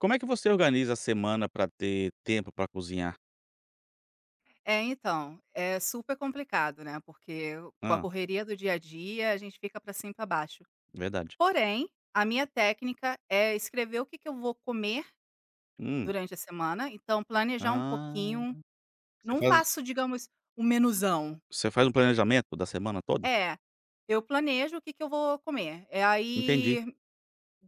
Como é que você organiza a semana para ter tempo para cozinhar? É, então, é super complicado, né, porque com a Ah, correria do dia a dia, a gente fica para cima e pra baixo. verdade. Porém, a minha técnica é escrever o que que eu vou comer Hum, durante a semana, então planejar um ah, pouquinho, você não faz faço, digamos, um menuzão. você faz um planejamento da semana toda? É, eu planejo o que que eu vou comer, é Entendi, aí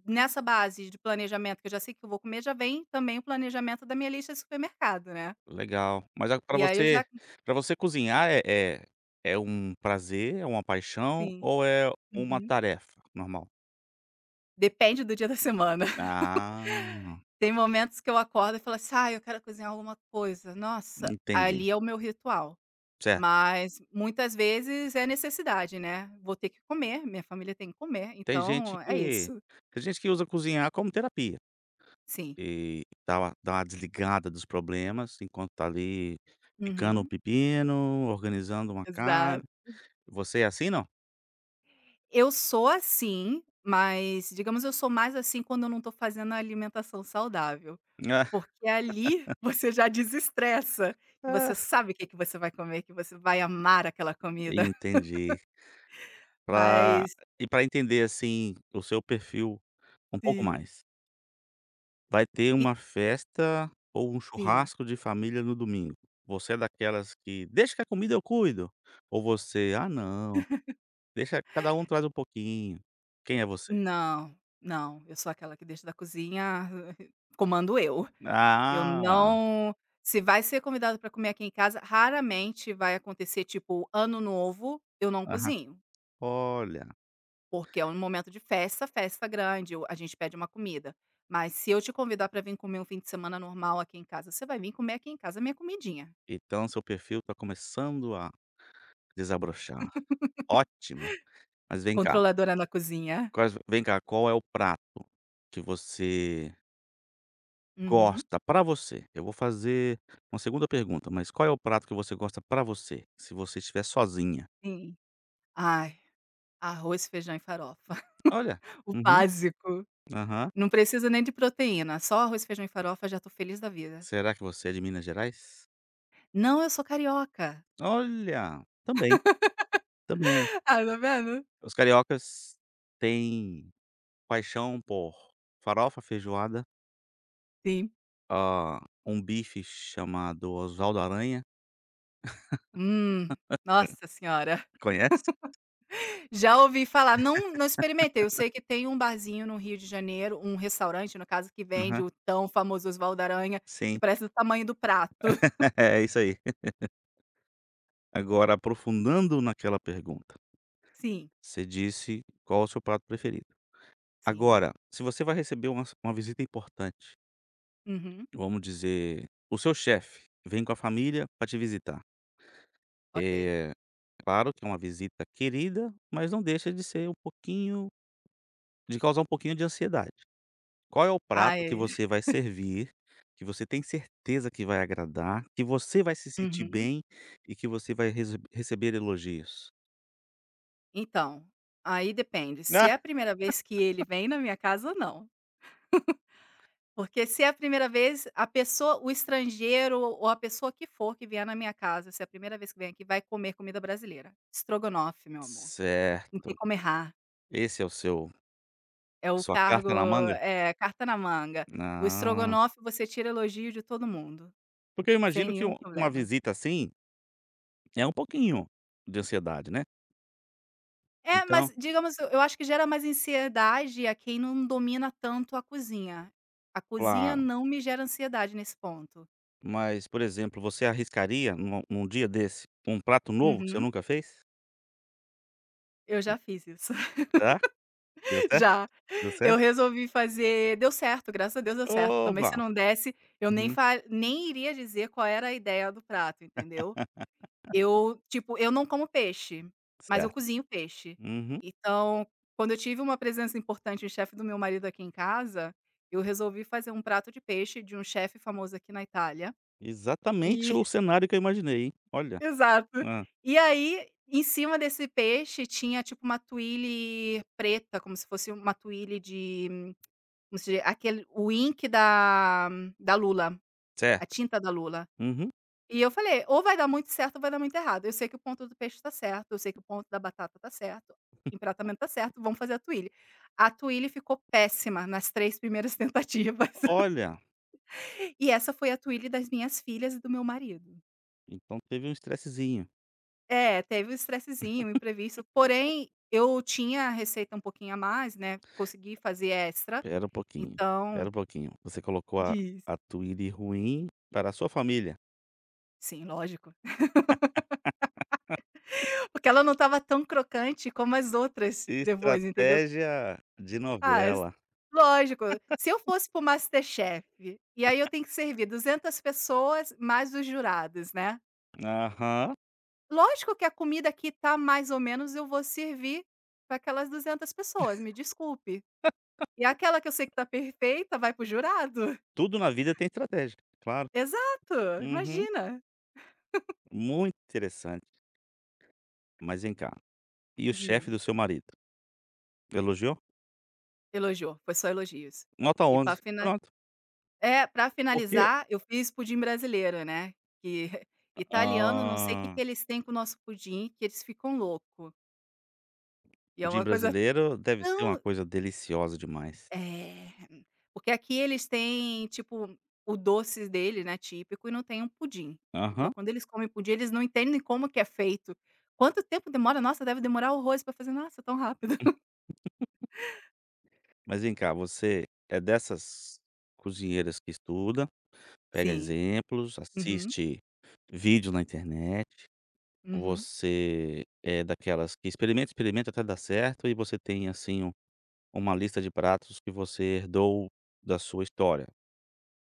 nessa base de planejamento que eu já sei que eu vou comer, já vem também o planejamento da minha lista de supermercado, né. legal. Mas a pra E aí eu já você para você cozinhar é é um prazer, é uma paixão Sim, ou é uma uhum. tarefa normal? Depende do dia da semana. Ah, Tem momentos que eu acordo e falo assim: "Ai, eu quero cozinhar alguma coisa". Nossa, entendi. ali é o meu ritual. Certo. Mas muitas vezes é necessidade, né. Vou ter que comer, minha família tem que comer, Tem gente então é que isso. tem gente que usa cozinhar como terapia. Sim. E dá uma desligada dos problemas, enquanto tá ali picando um Uhum. pepino, organizando uma carne. Exato. Você é assim, não? Eu sou assim, mas digamos, eu sou mais assim quando eu não tô fazendo a alimentação saudável, porque ali você já desestressa, e você Ah. sabe o que que você vai comer, que você vai amar aquela comida. Entendi. Pra Mas E para entender, assim, o seu perfil um pouco sim. mais, vai ter E uma festa ou um sim. churrasco de família no domingo. Você é daquelas que: "Deixa que a comida eu cuido", ou você: "Ah, não, deixa cada um traz um pouquinho". Quem é você? Não, não, eu sou aquela que deixa da cozinha, comando eu. Eu Ah, não Se vai ser convidado para comer aqui em casa, raramente vai acontecer, tipo, ano novo, eu não aham, cozinho, olha. porque é um momento de festa, festa grande, o a gente pede uma comida. Mas se eu te convidar para vir comer um fim de semana normal aqui em casa, você vai vir comer aqui em casa a minha comidinha. Então seu perfil está começando a desabrochar. Ótimo, mas vem cá, Controladora na cozinha. Qual é o prato que você Uhum, gosta pra você? Eu vou fazer uma segunda pergunta, mas qual é o prato que você gosta pra você, se você estiver sozinha? sim. Ai, arroz, feijão e farofa, Olha, o uhum, básico. aham. Não preciso nem de proteína, só arroz, feijão e farofa já tô feliz da vida. Será que você é de Minas Gerais? Não, eu sou carioca. Olha, também, também é. Ah, tá vendo? Os cariocas têm paixão por farofa, feijoada, Sim. hã, um bife chamado Oswaldo Aranha. Hum, nossa senhora. Conhece? Já ouvi falar, não não experimentei, eu sei que tem um barzinho no Rio de Janeiro, um restaurante no caso, que vende Aham, o tão famoso Osvaldo Aranha, que sim, parece do tamanho do prato. é isso aí. Agora aprofundando naquela pergunta, Sim, você disse qual é o seu prato preferido. sim. Agora, se você vai receber uma visita importante, Uhum, vamos dizer, o seu chefe vem com a família para te visitar, ok. é claro que é uma visita querida, mas não deixa de ser um pouquinho de causar um pouquinho de ansiedade. Qual é o prato que Ai, você vai servir, que você tem certeza que vai agradar, que você vai se sentir uhum. bem e que você vai receber elogios? Então, aí depende, se Né. é a primeira vez que ele vem na minha casa, não. Porque se é a primeira vez, a pessoa o estrangeiro ou a pessoa que for que vier na minha casa, se é a primeira vez que vem aqui, vai comer comida brasileira. Estrogonofe, meu amor, não tem Certo. como errar. Esse é o seu É o sua cargo carta na manga? Carta na manga. O Ah, estrogonofe você tira elogio de todo mundo, porque eu sem imagino que nenhum uma problema. visita assim, é um pouquinho de ansiedade, né. É, mas Então digamos, eu acho que gera mais ansiedade a quem não domina tanto a cozinha. A cozinha claro. não me gera ansiedade nesse ponto. Mas, por exemplo, você arriscaria num dia desse, um prato novo que você Uhum, nunca fez? eu já fiz isso. Hã? Deu certo? Já. Deu Eu certo? resolvi fazer, deu certo, graças a Deus deu certo. Também Oba! se não desse, eu nem Uhum. fa nem iria dizer qual era a ideia do prato, entendeu. Eu, tipo, eu não como peixe, mas eu Certo. cozinho peixe. Uhum. Então, quando eu tive uma presença importante, o chefe do meu marido aqui em casa, eu resolvi fazer um prato de peixe de um chefe famoso aqui na Itália. Exatamente E o cenário que eu imaginei, hein. Olha. exato. Hã. E aí, em cima desse peixe tinha tipo uma tuile preta, como se fosse uma tuile de... Como se di aquele o ink da lula, a Certo. tinta da lula. Uhum. E eu falei: "Ou vai dar muito certo ou vai dar muito errado. Eu sei que o ponto do peixe está certo, eu sei que o ponto da batata está certo, empratamento está certo, vamos fazer a tuile". A tuile ficou péssima nas 3 primeiras tentativas. Olha, E essa foi a tuile das minhas filhas e do meu marido. então teve um estressezinho. É, teve um estressezinho, um imprevisto, porém eu tinha a receita um pouquinho a mais, né, consegui fazer extra, Espera um pouquinho, espera então um pouquinho. Você colocou diz. a Twilly ruim para a sua família. Sim, lógico. Porque ela não estava tão crocante como as outras depois, entendeu? Estratégia de Ah, s novela. Lógico, se eu fosse para o Masterchef, e aí eu tenho que servir 200 pessoas, mais os jurados, né. Aham. Lógico que a comida que tá mais ou menos, eu vou servir para aquelas 200 pessoas, me desculpe. E aquela que eu sei que tá perfeita vai para o jurado. Tudo na vida tem estratégia, claro. Exato, Uhum. imagina. Muito interessante. Mas vem cá, e o chefe Diz, do seu marido? Elogiou? elogiou, foi só elogios. Nota E para 11. fina Pronto. É, pra Por quê? finalizar, eu fiz pudim brasileiro, né, que italiano não sei o que Ah, que eles têm com o nosso pudim, que eles ficam louco. E é uma pudim coisa brasileiro deve ser uma tão... coisa deliciosa demais. é, porque aqui eles têm, tipo, o doce dele, né, típico, e não tem um pudim. Então Aham. quando eles comem pudim, eles não entendem como que é feito. Quanto tempo demora? Nossa, deve demorar horrores pra fazer. Nossa, tão rápido. Mas vem cá, você é dessas cozinheiras que estuda, pega Sim. exemplos, Uhum, assiste vídeos na internet, uhum. você é daquelas que experimenta, experimenta até dar certo e você tem, assim, uma lista de pratos que você herdou da sua história?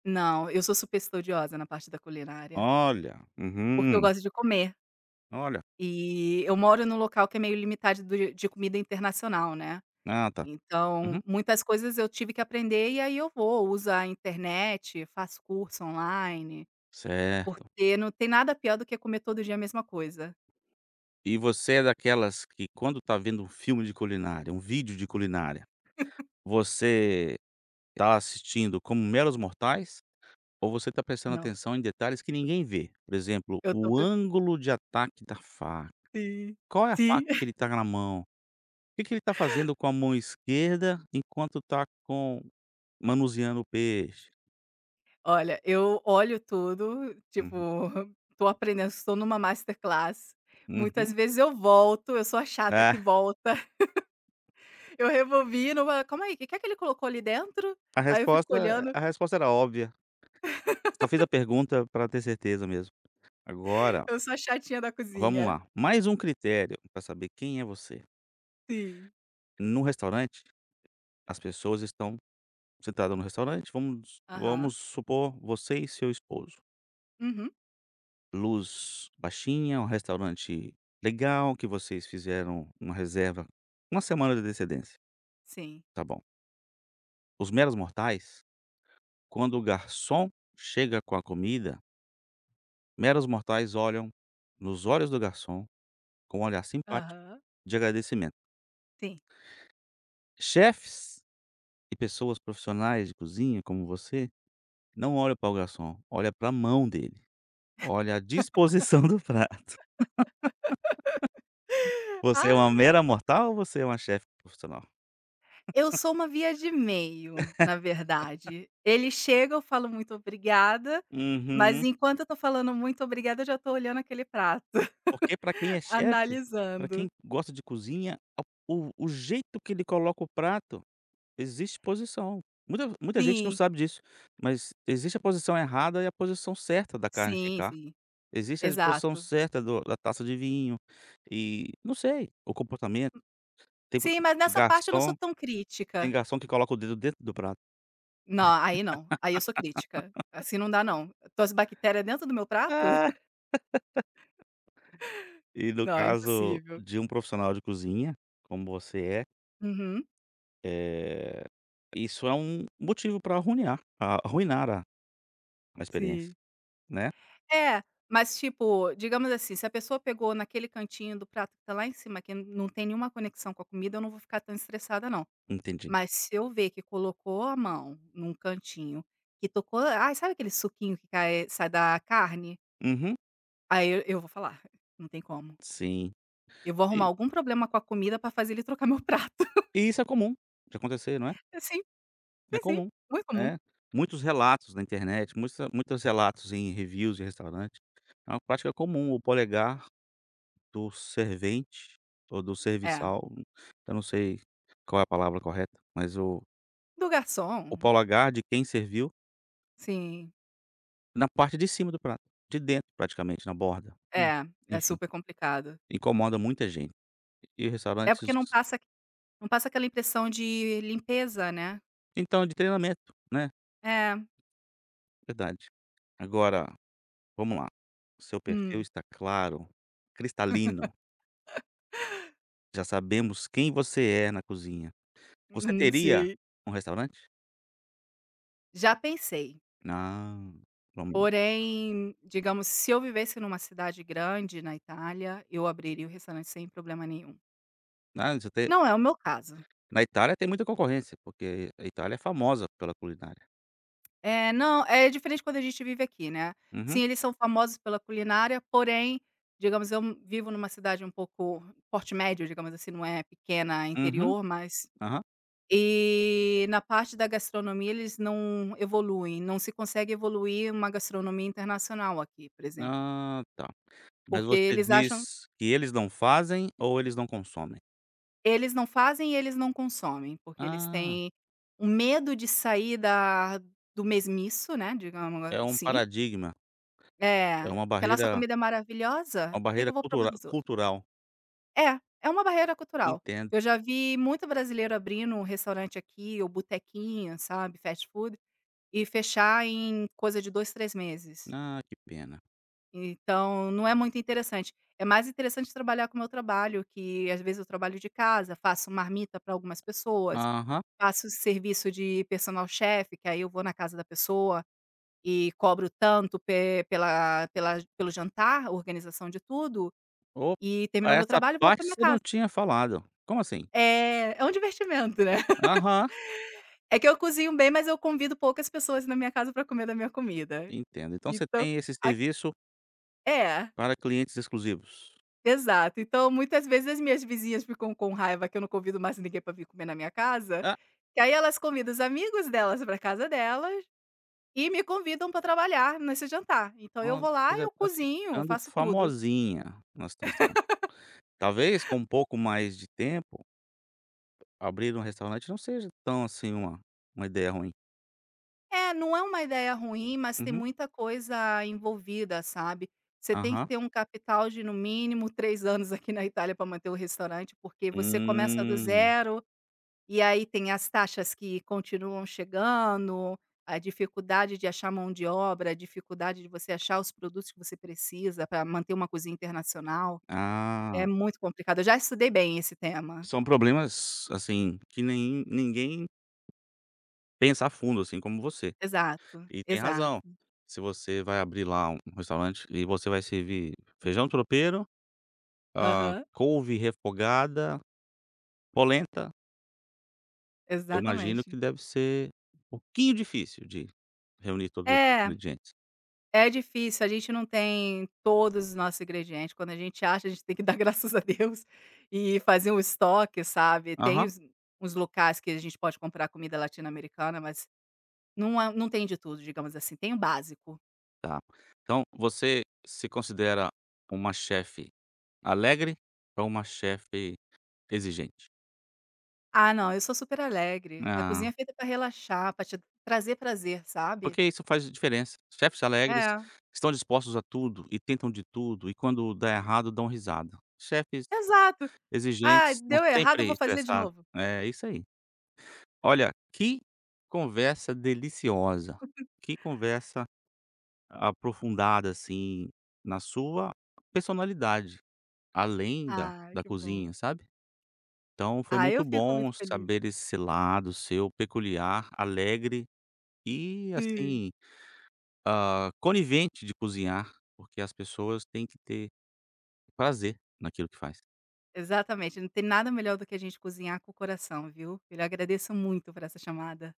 Não, eu sou super estudiosa na parte da culinária, Olha, porque eu uhum, gosto de comer. olha, E eu moro num local que é meio limitado do de comida internacional, né, ah, tá, uhum, então muitas coisas eu tive que aprender e aí eu vou, uso a internet, faço curso online, certo. porque não tem nada pior do que comer todo dia a mesma coisa. E você é daquelas que quando tá vendo um filme de culinária, um vídeo de culinária, você tá assistindo como meros mortais? Ou você está prestando Não, atenção em detalhes que ninguém vê. Por exemplo, eu tô o pre ângulo de ataque da faca. Sim, Qual é a sim. faca que ele está na mão? O que que ele está fazendo com a mão esquerda enquanto está com manuseando o peixe? Olha, eu olho tudo, tipo, Uhum, tô aprendendo, estou numa masterclass, muitas uhum. vezes eu volto, eu sou a chata que É, volta, eu rebobino, "Calma aí, o que que é que ele colocou ali dentro?" Aí eu fico olhando. a resposta era óbvia. Só fiz a pergunta para ter certeza mesmo. Agora, Eu sou a chatinha da vamos cozinha. lá, mais um critério para saber quem é você. Sim. No restaurante, as pessoas estão sentadas no restaurante, Aham. vamos supor você e seu esposo. Uhum. Luz baixinha, um restaurante legal que vocês fizeram uma reserva uma semana de antecedência, Sim. tá bom. Os meros mortais, quando o garçom chega com a comida, meros mortais olham nos olhos do garçom com um olhar simpático Aham. de agradecimento. Sim. Chefes e pessoas profissionais de cozinha como você, não olham para o garçom, olha para a mão dele, olha a disposição do prato. Você é uma Ah! mera mortal ou você é uma chefe profissional? Eu sou uma via de meio, na verdade. Ele chega, eu falo muito obrigada, mas Uhum. enquanto eu tô falando muito obrigada, eu já tô olhando aquele prato. Porque para quem é chefe, para quem Analisando. gosta de cozinha, a o jeito que ele coloca o prato, existe posição. Muita gente não Sim, sabe disso, mas existe a posição errada e a posição certa da carne sim, ficar. sim. Existe a posição Exato. certa do da taça de vinho e não sei, o comportamento. Tem po- Sim, mas nessa parte eu não sou garçom tão tem crítica. garçom que coloca o dedo dentro do prato. Não, aí não. Aí eu sou crítica. Assim não dá não. Tuas bactérias dentro do meu prato? Ah! E no Não, é caso impossível. de um profissional de cozinha, como você é, Uhum. eh, isso é um motivo para arruinar a uma experiência, Sim. né? É, mas tipo, digamos assim, se a pessoa pegou naquele cantinho do prato que tá lá em cima, que não tem nenhuma conexão com a comida, eu não vou ficar tão estressada não. Entendi. Mas se eu ver que colocou a mão num cantinho, que tocou ai, sabe aquele suquinho que cai sai da carne? Uhum, Aí eu vou falar: "Não tem como". sim. Eu vou arrumar E algum problema com a comida pra fazer ele trocar meu prato. e isso é comum de acontecer, não é? Sim, É sim, sim, comum, muito comum. é. Muitos relatos na internet, muita muitos relatos em reviews de restaurante, é uma prática comum, o polegar do servente ou do É. serviçal, eu não sei qual é a palavra correta, mas Do o garçom, polegar de quem serviu sim. na parte de cima do prato, de dentro praticamente, na borda. É, é Enfim, super complicado. incomoda muita gente e É restaurantes porque não passa aquela impressão de limpeza, né. então, de treinamento, né? É, Verdade. Agora, vamos lá. O seu perfil hum, está claro, cristalino, já sabemos quem você é na cozinha. Você teria sim. um restaurante? Já pensei, Não. Vamos lá. porém, digamos, se eu vivesse numa cidade grande na Itália, eu abriria o restaurante sem problema nenhum. Ah, você tem Não é o meu caso. na Itália tem muita concorrência, porque a Itália é famosa pela culinária. É, não, é diferente quando a gente vive aqui, né. Uhum, Sim, eles são famosos pela culinária, porém, digamos, eu vivo numa cidade um pouco porte médio, digamos assim, não é pequena uhum, interior, mas aham. e na parte da gastronomia eles não evoluem, não se consegue evoluir uma gastronomia internacional aqui, por exemplo. Ah, tá. Mas Porque você eles acham diz que eles não fazem ou eles não consomem? Eles não fazem e eles não consomem, porque eles Ah, têm um medo de sair da do mesmiço, né, digamos é um assim. paradigma, é É, porque a nossa comida é maravilhosa, uma por que que barreira eu vou provar dos outros? cultural. É, é uma barreira cultural. Entendo. Eu já vi muito brasileiro abrindo um restaurante aqui ou botequinha, sabe, fast food, e fechar em coisa de 2 3 meses. Ah, que pena. Então, não é muito interessante. É mais interessante trabalhar com o meu trabalho, que às vezes eu trabalho de casa, faço marmita para algumas pessoas, Aham. faço serviço de personal chef, que aí eu vou na casa da pessoa e cobro tanto pe pela pela pelo jantar, organização de tudo, Opa, e terminou meu essa trabalho, volto para parte minha você não casa. tinha falado. Como assim? É, é um divertimento, né. Aham, É que eu cozinho bem, mas eu convido poucas pessoas na minha casa para comer da minha comida. entendo. Então você Então, tem esse a serviço É. para clientes exclusivos. Exato. Então, muitas vezes as minhas vizinhas ficam com raiva que eu não convido mais ninguém para vir comer na minha casa, Ah, que aí elas convidam os amigos delas para casa delas e me convidam para trabalhar nesse jantar. Então eu vou nossa, você lá, já eu está cozinho, ficando faço tudo. famosinha na situação. Talvez com um pouco mais de tempo, abrir um restaurante não seja tão assim uma ideia ruim. É, não é uma ideia ruim, mas tem Uhum. muita coisa envolvida, sabe. Você tem que Aham. ter um capital de no mínimo 3 anos aqui na Itália para manter o restaurante, porque você começa do Hum. zero. E aí tem as taxas que continuam chegando, a dificuldade de achar mão de obra, a dificuldade de você achar os produtos que você precisa para manter uma cozinha internacional. É Ah, muito complicado. Eu já estudei bem esse tema. são problemas, assim, que nem ninguém pensa a fundo, assim como você. Exato, E tem razão. exato. Se você vai abrir lá um restaurante e você vai servir feijão tropeiro, Aham, couve refogada, polenta, eu imagino exatamente. que deve ser um pouquinho difícil de reunir todos os É, ingredientes. é difícil, a gente não tem todos os nossos ingredientes. Quando a gente acha, a gente tem que dar graças a Deus e fazer um estoque, sabe? Tem Aham, os, uns locais que a gente pode comprar comida latino-americana, mas não tem de tudo, digamos assim, tem o básico. tá. Então você se considera uma chefe alegre ou uma chefe exigente? Ah, não, eu sou super alegre, a Ah, cozinha é feita para relaxar, para te trazer prazer, sabe. porque isso faz diferença. Chefes alegres É, estão dispostos a tudo e tentam de tudo e quando dá errado dão risada. Chefes exato. "Ah, exigentes, estão deu errado, eu sempre vou fazer de estressados, novo". né. É isso aí. Olha, que conversa deliciosa, que conversa aprofundada, assim, na sua personalidade, além Ah, da que bom. cozinha, sabe. Então foi Ah, muito eu fico muito bom feliz. saber esse lado seu peculiar, alegre e, Sim, assim, conivente de cozinhar, porque as pessoas têm que ter prazer naquilo que faz. exatamente, não tem nada melhor do que a gente cozinhar com o coração, viu. Eu lhe agradeço muito por essa chamada.